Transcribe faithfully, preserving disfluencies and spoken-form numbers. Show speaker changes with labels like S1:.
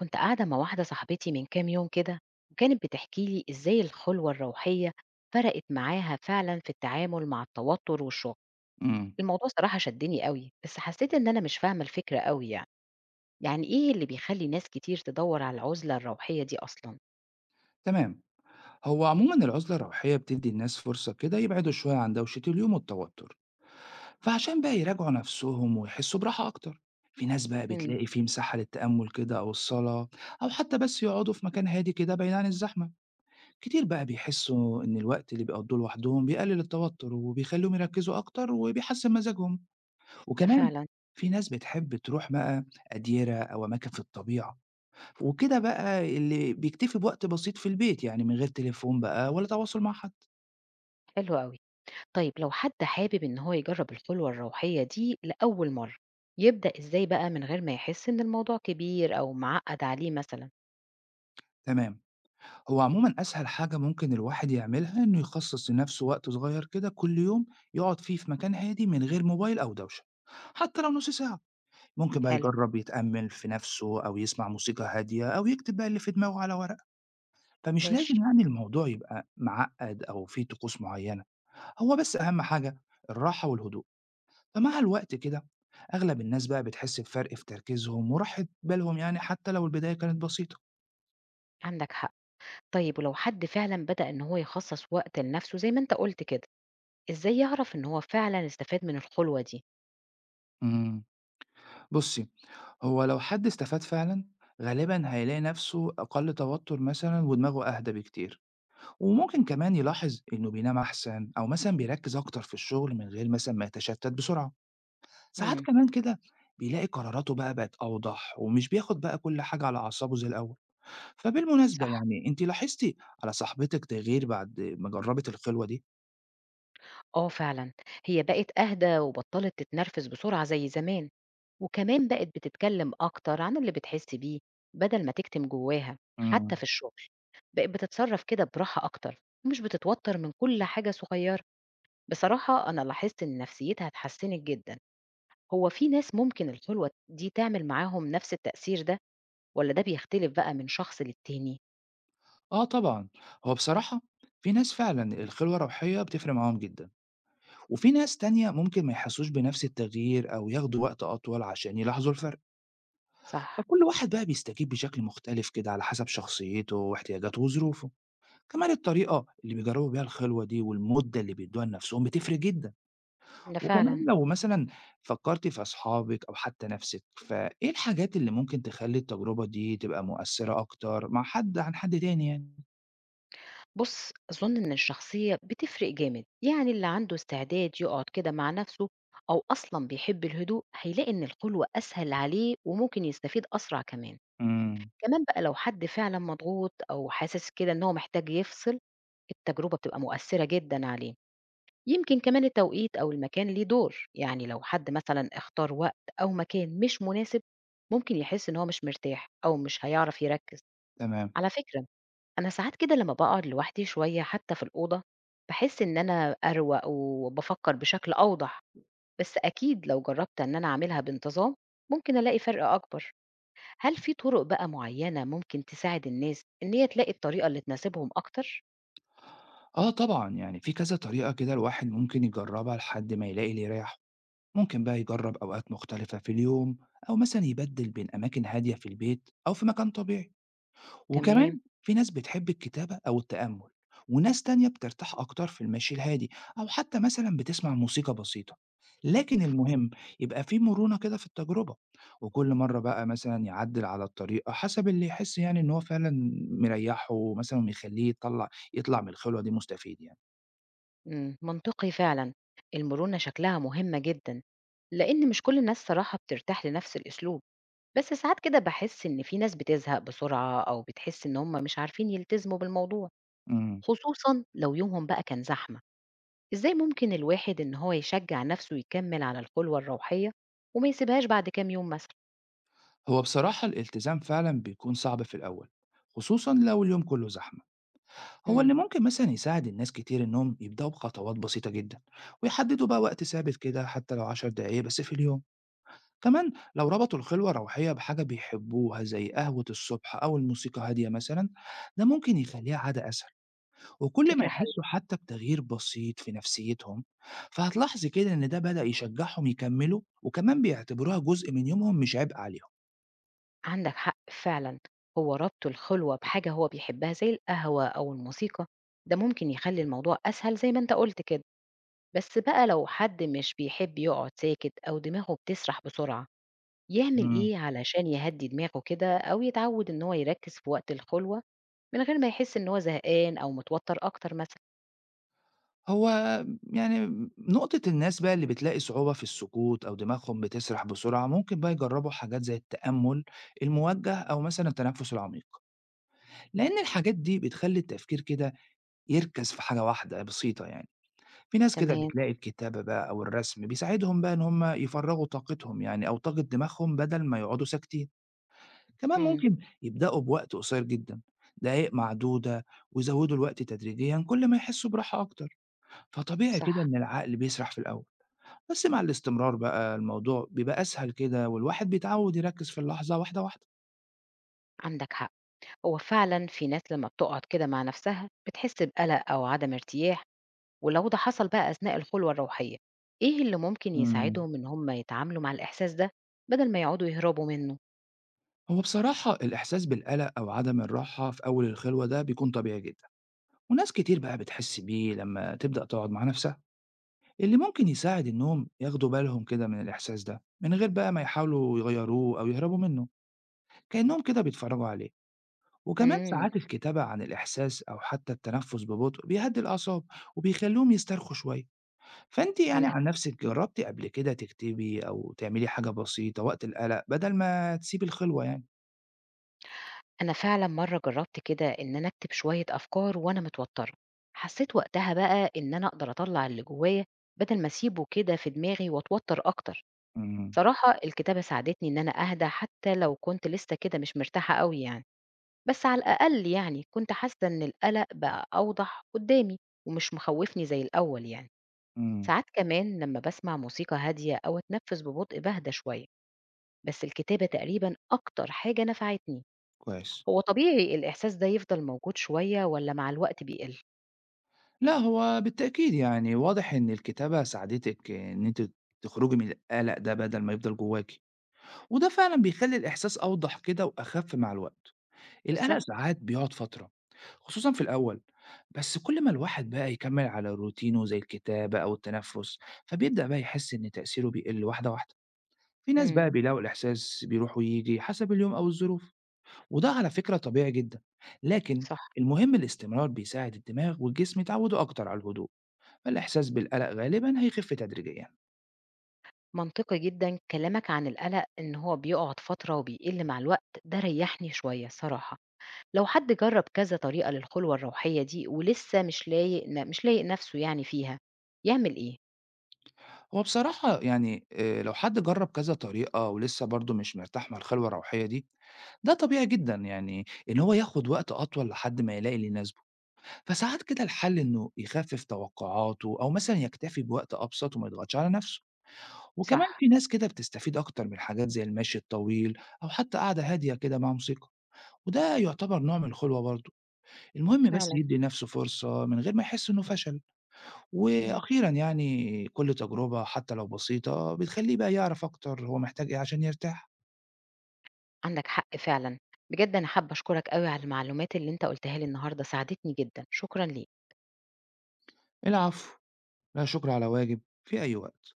S1: كنت قاعدة مع واحدة صاحبتي من كام يوم كده، وكانت بتحكي لي إزاي الخلوة الروحية فرقت معاها فعلا في التعامل مع التوتر والشغل.
S2: إمم،
S1: الموضوع صراحة شدني قوي، بس حسيت إن أنا مش فاهمة الفكرة قوي يعني. يعني إيه اللي بيخلي ناس كتير تدور على العزلة الروحية دي أصلا؟
S2: تمام. هو عمومًا العُزلة الروحية بتدّي الناس فرصة كده يبعدوا شوية عن دوشة اليوم والتوتر، فعشان بقى يراجعوا نَفْسهم ويحسّوا براحة أكتر. في ناس بقى
S1: امم.
S2: بتلاقي في مساحة للتأمُّل كده أو الصلاة أو حتّى بس يقعدوا في مكان هادي كده بعيد عن الزحمة. كتير بقى بيحسّوا إن الوقت اللي بيقضّوه لوحدهم بيقلل التوتر وبيخلّيهم يركّزوا أكتر وبيحسّن مزاجهم،
S1: ده
S2: وكمان
S1: فعلا.
S2: في ناس بتحب تروح بقى أديرة أو أماكن في الطبيعة وكده بقى اللي بيكتفي بوقت بسيط في البيت، يعني من غير تليفون بقى ولا تواصل مع حد.
S1: حلو قوي. طيب، لو حد حابب إن هو يجرب الخلوة الروحية دي لأول مرة، يبدأ إزاي بقى من غير ما يحس إن الموضوع كبير أو معقد عليه مثلا؟
S2: تمام، هو عمومًا أسهل حاجة ممكن الواحد يعملها إنه يخصص لنفسه وقت صغير كده كل يوم يقعد فيه في مكان هادي من غير موبايل أو دوشة، حتى لو نص ساعة. ممكن بقى
S1: حلو.
S2: يجرب يتأمل في نفسه أو يسمع موسيقى هادية أو يكتب بقى اللي في دماغه على ورقة، فمش لازم
S1: ماشي.
S2: يعني الموضوع يبقى معقد أو فيه طقوس معينة، هو بس أهم حاجة الراحة والهدوء. فمع الوقت كده أغلب الناس بقى بتحس بفرق في تركيزهم وراحة بالهم يعني حتى لو البداية كانت بسيطة.
S1: عندك حق. طيب، ولو حد فعلا بدأ إن هو يخصص وقت لنفسه زي ما أنت قلت كده، إزاي يعرف إن هو فعلا استفاد من الخلوة دي؟
S2: امم بصي هو لو حد استفاد فعلا غالبا هيلاقي نفسه أقل توتر مثلا ودماغه أهدى بكتير وممكن كمان يلاحظ إنه بينام أحسن أو مثلا بيركز أكتر في الشغل من غير مثلا ما يتشتت بسرعة. ساعات
S1: امم.
S2: كمان كده بيلاقي قراراته بقى بقت أوضح ومش بياخد بقى كل حاجة على أعصابه زي الأول. فبالمناسبة
S1: صح.
S2: يعني أنت لاحظتي على صاحبتك تغيير بعد ما جربت الخلوة دي؟
S1: آه فعلا. هي بقت أهدى وبطلت تتنرفز بسرعة زي زمان، وكمان بقت بتتكلم أكتر عن اللي بتحس بيه بدل ما تكتم جواها،
S2: إمم.
S1: حتى في الشغل بقت بتتصرف كده براحة أكتر ومش بتتوتر من كل حاجة صغيرة. بصراحة، أنا لاحظت إن نفسيتها اتحسنت جدا. هو في ناس ممكن الخلوة دي تعمل معاهم نفس التأثير ده؟ والّا ده بيختلف بقى من شخص للتاني؟
S2: آه طبعًا. هو بصراحة في ناس فعلًا الخلوة الروحية بتفرق معاهم جدًا، وفي ناس تانية ممكن ما يحسّوش بنفس التغيير أو ياخدوا وقت أطول عشان يلاحظوا الفرق،
S1: صح.
S2: فكل واحد بقى بيستجيب بشكل مختلف كده على حسب شخصيته واحتياجاته وظروفه. كمان الطريقة اللي بيجرّبوا بيها الخلوة دي والمدة اللي بيدّوها لنفسهم بتفرق جدًا،
S1: ده
S2: وكمان
S1: فعلًا.
S2: لو مثلًا فكّرتِ في أصحابِك أو حتى نفسِك، فإيه الحاجات اللي ممكن تخلّي التجربة دي تبقى مؤثّرة أكتر مع حد عن حد تاني يعني؟
S1: بُص، أظن إن الشخصية بتفرق جامد، يعني اللي عنده استعداد يقعد كده مع نفسه أو أصلًا بيحب الهدوء، هيلاقي إن الخلوة أسهل عليه وممكن يستفيد أسرع كمان.
S2: إمم،
S1: كمان بقى، لو حد فعلًا مضغوط أو حاسس كده إن هو محتاج يفصل، التجربة بتبقى مؤثرة جدًا عليه. يمكن كمان التوقيت أو المكان ليه دور، يعني لو حد مثلًا اختار وقت أو مكان مش مناسب، ممكن يحس إن هو مش مرتاح أو مش هيعرف يركز.
S2: تمام.
S1: على فكرة، أنا ساعات كده لما باقعد لوحدي شوية حتى في الأوضة، باحس إن أنا أروق وبافكر بشكل أوضح، بس أكيد لو جربت إن أنا أعملها بانتظام، ممكن ألاقي فرق أكبر. هل في طرق بقى معينة ممكن تساعد الناس إن هي تلاقي الطريقة اللي تناسبهم أكتر؟
S2: آه طبعًا، يعني في كذا طريقة كده الواحد ممكن يجرّبها لحد ما يلاقي اللي يريّحه، ممكن بقى يجرّب أوقات مختلفة في اليوم أو مثلًا يبدِّل بين أماكن هادية في البيت أو في مكان طبيعي، وكمان
S1: تمام.
S2: في ناس بتحب الكتابة أو التأمُّل وناس تانية بترتاح أكتر في المشي الهادي أو حتى مثلًا بتسمع موسيقى بسيطة، لكن
S1: مفهوم.
S2: المهم يبقى في مرونة كده في التجربة وكل مرّة بقى مثلًا يعدِّل على الطريقة حسب اللي يحس يعني إن هو فعلًا مريّحه مثلًا ويخلّيه يطلّع يطلع من الخلوة دي مستفيد يعني.
S1: إمم، منطقي فعلًا. المرونة شكلها مهمة جدًا، لإن مش كل الناس صراحة بترتاح لنفس الأسلوب، بس ساعات كده باحس إن في ناس بتزهق بسرعة أو بتحس إن هم مش عارفين يلتزموا بالموضوع.
S2: امم
S1: خصوصًا لو يومهم بقى كان زحمة، إزاي ممكن الواحد إن هو يشجّع نَفْسه يكمّل على الخلوة الروحية وما يسيبهاش بعد كام يوم مثلًا؟
S2: هو بصراحة الالتزام فعلا بيكون صعب في الأول، خصوصا لو اليوم كله زحمة. هو
S1: إمم.
S2: اللي ممكن مثلا يساعد الناس كتير إنهم يبدأوا بخطوات بسيطة جدا ويحددوا بقى وقت ثابت كده حتى لو عشر دقايق بس في اليوم. كمان لو ربطوا الخلوة الروحية بحاجة بيحبوها زي قهوة الصبح أو الموسيقى هادية مثلا، ده ممكن يخليها عادة أسهل، وكل ما
S1: فكرة حلوة.
S2: يحسوا حتى بتغيير بسيط في نفسيتهم فهتلاحظي كده إن ده بدأ يشجعهم يكملوا وكمان بيعتبروها جزء من يومهم مش عبء عليهم.
S1: عندك حق فعلًا. هو ربط الخلوة بحاجة هو بيحبها زي القهوة أو الموسيقى، ده ممكن يخلّي الموضوع أسهل زي ما أنت قُلت كده. بس بقى، لو حد مش بيحب يقعد ساكت أو دماغه بتسرح بسرعة، يعمل إيه علشان يهدّي دماغه كده أو يتعوّد إن هو يركّز في وقت الخلوة من غير ما يحس إن هو زهقان أو متوتر أكتر مثلًا؟
S2: هو يعني نقطة الناس بقى اللي بتلاقي صعوبة في السكوت أو دماغهم بتسرح بسرعة ممكن بقى يجربوا حاجات زي التأمل الموجه أو مثلا التنفس العميق، لأن الحاجات دي بتخلي التفكير كده يركز في حاجة واحدة بسيطة يعني. في ناس كده
S1: تمام.
S2: بتلاقي الكتابة بقى أو الرسم بيساعدهم بقى إن هم يفرغوا طاقتهم يعني أو طاقة دماغهم بدل ما يقعدوا ساكتين. كمان
S1: إمم.
S2: ممكن يبدأوا بوقت قصير جدا، دقايق معدودة، ويزودوا الوقت تدريجيا كل ما يحسوا براحة أكتر. فطبيعي كده
S1: صح.
S2: إن العقل بيسرح في الأول، بس مع الاستمرار بقى الموضوع بيبقى أسهل كده والواحد بيتعود يركّز في اللحظة واحدة، واحدة.
S1: عندك حق. هو فعلًا في ناس لمّا بتقعد كده مع نفسها بتحس بقلق أو عدم ارتياح، ولو ده حصل بقى أثناء الخلوة الروحية، إيه اللي ممكن
S2: إمم.
S1: يساعدهم إن هم يتعاملوا مع الإحساس ده بدل ما يقعدوا يهربوا منه؟
S2: هو بصراحة الإحساس بالقلق أو عدم الراحة في أول الخلوة ده بيكون طبيعي جدًا، وناس كتير بقى بتحس بيه لمّا تبدأ تقعد مع نفسها، اللي ممكن يساعد إنّهم ياخدوا بالهم كده من الإحساس ده، من غير بقى ما يحاولوا يغيّروه أو يهربوا منّه، كإنّهم كده بيتفرّجوا عليه. وكمان
S1: إمم.
S2: ساعات الكتابة عن الإحساس أو حتى التنفّس ببطء بيهدّي الأعصاب وبيخلّيهم يسترخوا شوية. فأنتِ يعني
S1: عندك
S2: عن
S1: حق.
S2: نفسِك جرّبتِ قبل كده تكتبي أو تعملي حاجة بسيطة وقت القلق بدل ما تسيبي الخلوة يعني؟
S1: أنا فعلًا مرّة جرّبت كده إن أنا أكتب شوية أفكار وأنا متوترة، حسيت وقتها بقى إن أنا أقدر أطلّع اللي جوايا بدل ما أسيبه كده في دماغي وأتوتر أكتر.
S2: إمم،
S1: صراحة، الكتابة ساعدتني إن أنا أهدى حتى لو كنت لسه كده مش مرتاحة أوي يعني. بس على الأقل يعني كنت حاسة إن القلق بقى أوضح قدامي ومش مخوفني زي الأول يعني.
S2: إمم،
S1: ساعات كمان لما بسمع موسيقى هادية أو أتنفس ببطء بهدى شوية، بس الكتابة تقريبا أكتر حاجة نفعتني.
S2: كويس.
S1: هو طبيعي الإحساس ده يفضل موجود شوية ولا مع الوقت بيقل؟
S2: لأ هو بالتأكيد يعني واضح إن الكتابة ساعدتِك إن أنتِ تخرجي من القلق ده بدل ما يفضل جواكِ، وده فعلًا بيخلّي الإحساس أوضح كده وأخف مع الوقت. القلق
S1: بالظبط.
S2: ساعات بيقعد فترة، خصوصًا في الأول، بس كل ما الواحد بقى يكمّل على روتينه زي الكتابة أو التنفس، فبيبدأ بقى يحس إن تأثيره بيقل واحدة واحدة. في ناس
S1: امم.
S2: بقى بيلاقوا الإحساس بيروح وييجي حسب اليوم أو الظروف، وده على فكرة طبيعي جدا. لكن
S1: صح.
S2: المهم الاستمرار بيساعد الدماغ والجسم يتعودوا أكتر على الهدوء، فالإحساس بالقلق غالبا هيخف تدريجيا.
S1: منطقي جدا كلامك عن القلق إن هو بيقعد فترة وبيقل مع الوقت، ده ريحني شوية صراحة. لو حد جرب كذا طريقة للخلوة الروحية دي ولسه مش لايق ن- مش لايق نفسه يعني فيها، يعمل ايه؟
S2: هو بصراحة يعني آه، لو حد جرب كذا طريقة ولسه برضه مش مرتاح مع الخلوة الروحية دي، ده طبيعي جدا يعني ان هو ياخد وقت اطول لحد ما يلاقي اللي يناسبه. فساعات كده الحل انه يخفف توقعاته او مثلا يكتفي بوقت ابسط وما يضغطش على نفسه. وكمان
S1: صح
S2: في ناس كده بتستفيد أكتر من حاجات زي المشي الطويل أو حتى قعدة هادية كده مع موسيقى، وده يعتبر نوع من الخلوة برضه. المهم بس
S1: فعلا.
S2: يدي لنفسه فرصة من غير ما يحس إنه فشل،
S1: مم.
S2: وأخيرا يعني كل تجربة حتى لو بسيطة بتخليه بقى يعرف أكتر هو محتاج إيه عشان يرتاح.
S1: عندك حق فعلا. بجد، انا حابة اشكرك قوي على المعلومات اللي انت قلتها لي النهاردة، ساعدتني جدا، شكرا ليك.
S2: العفو، لا شكر على واجب في أي وقت.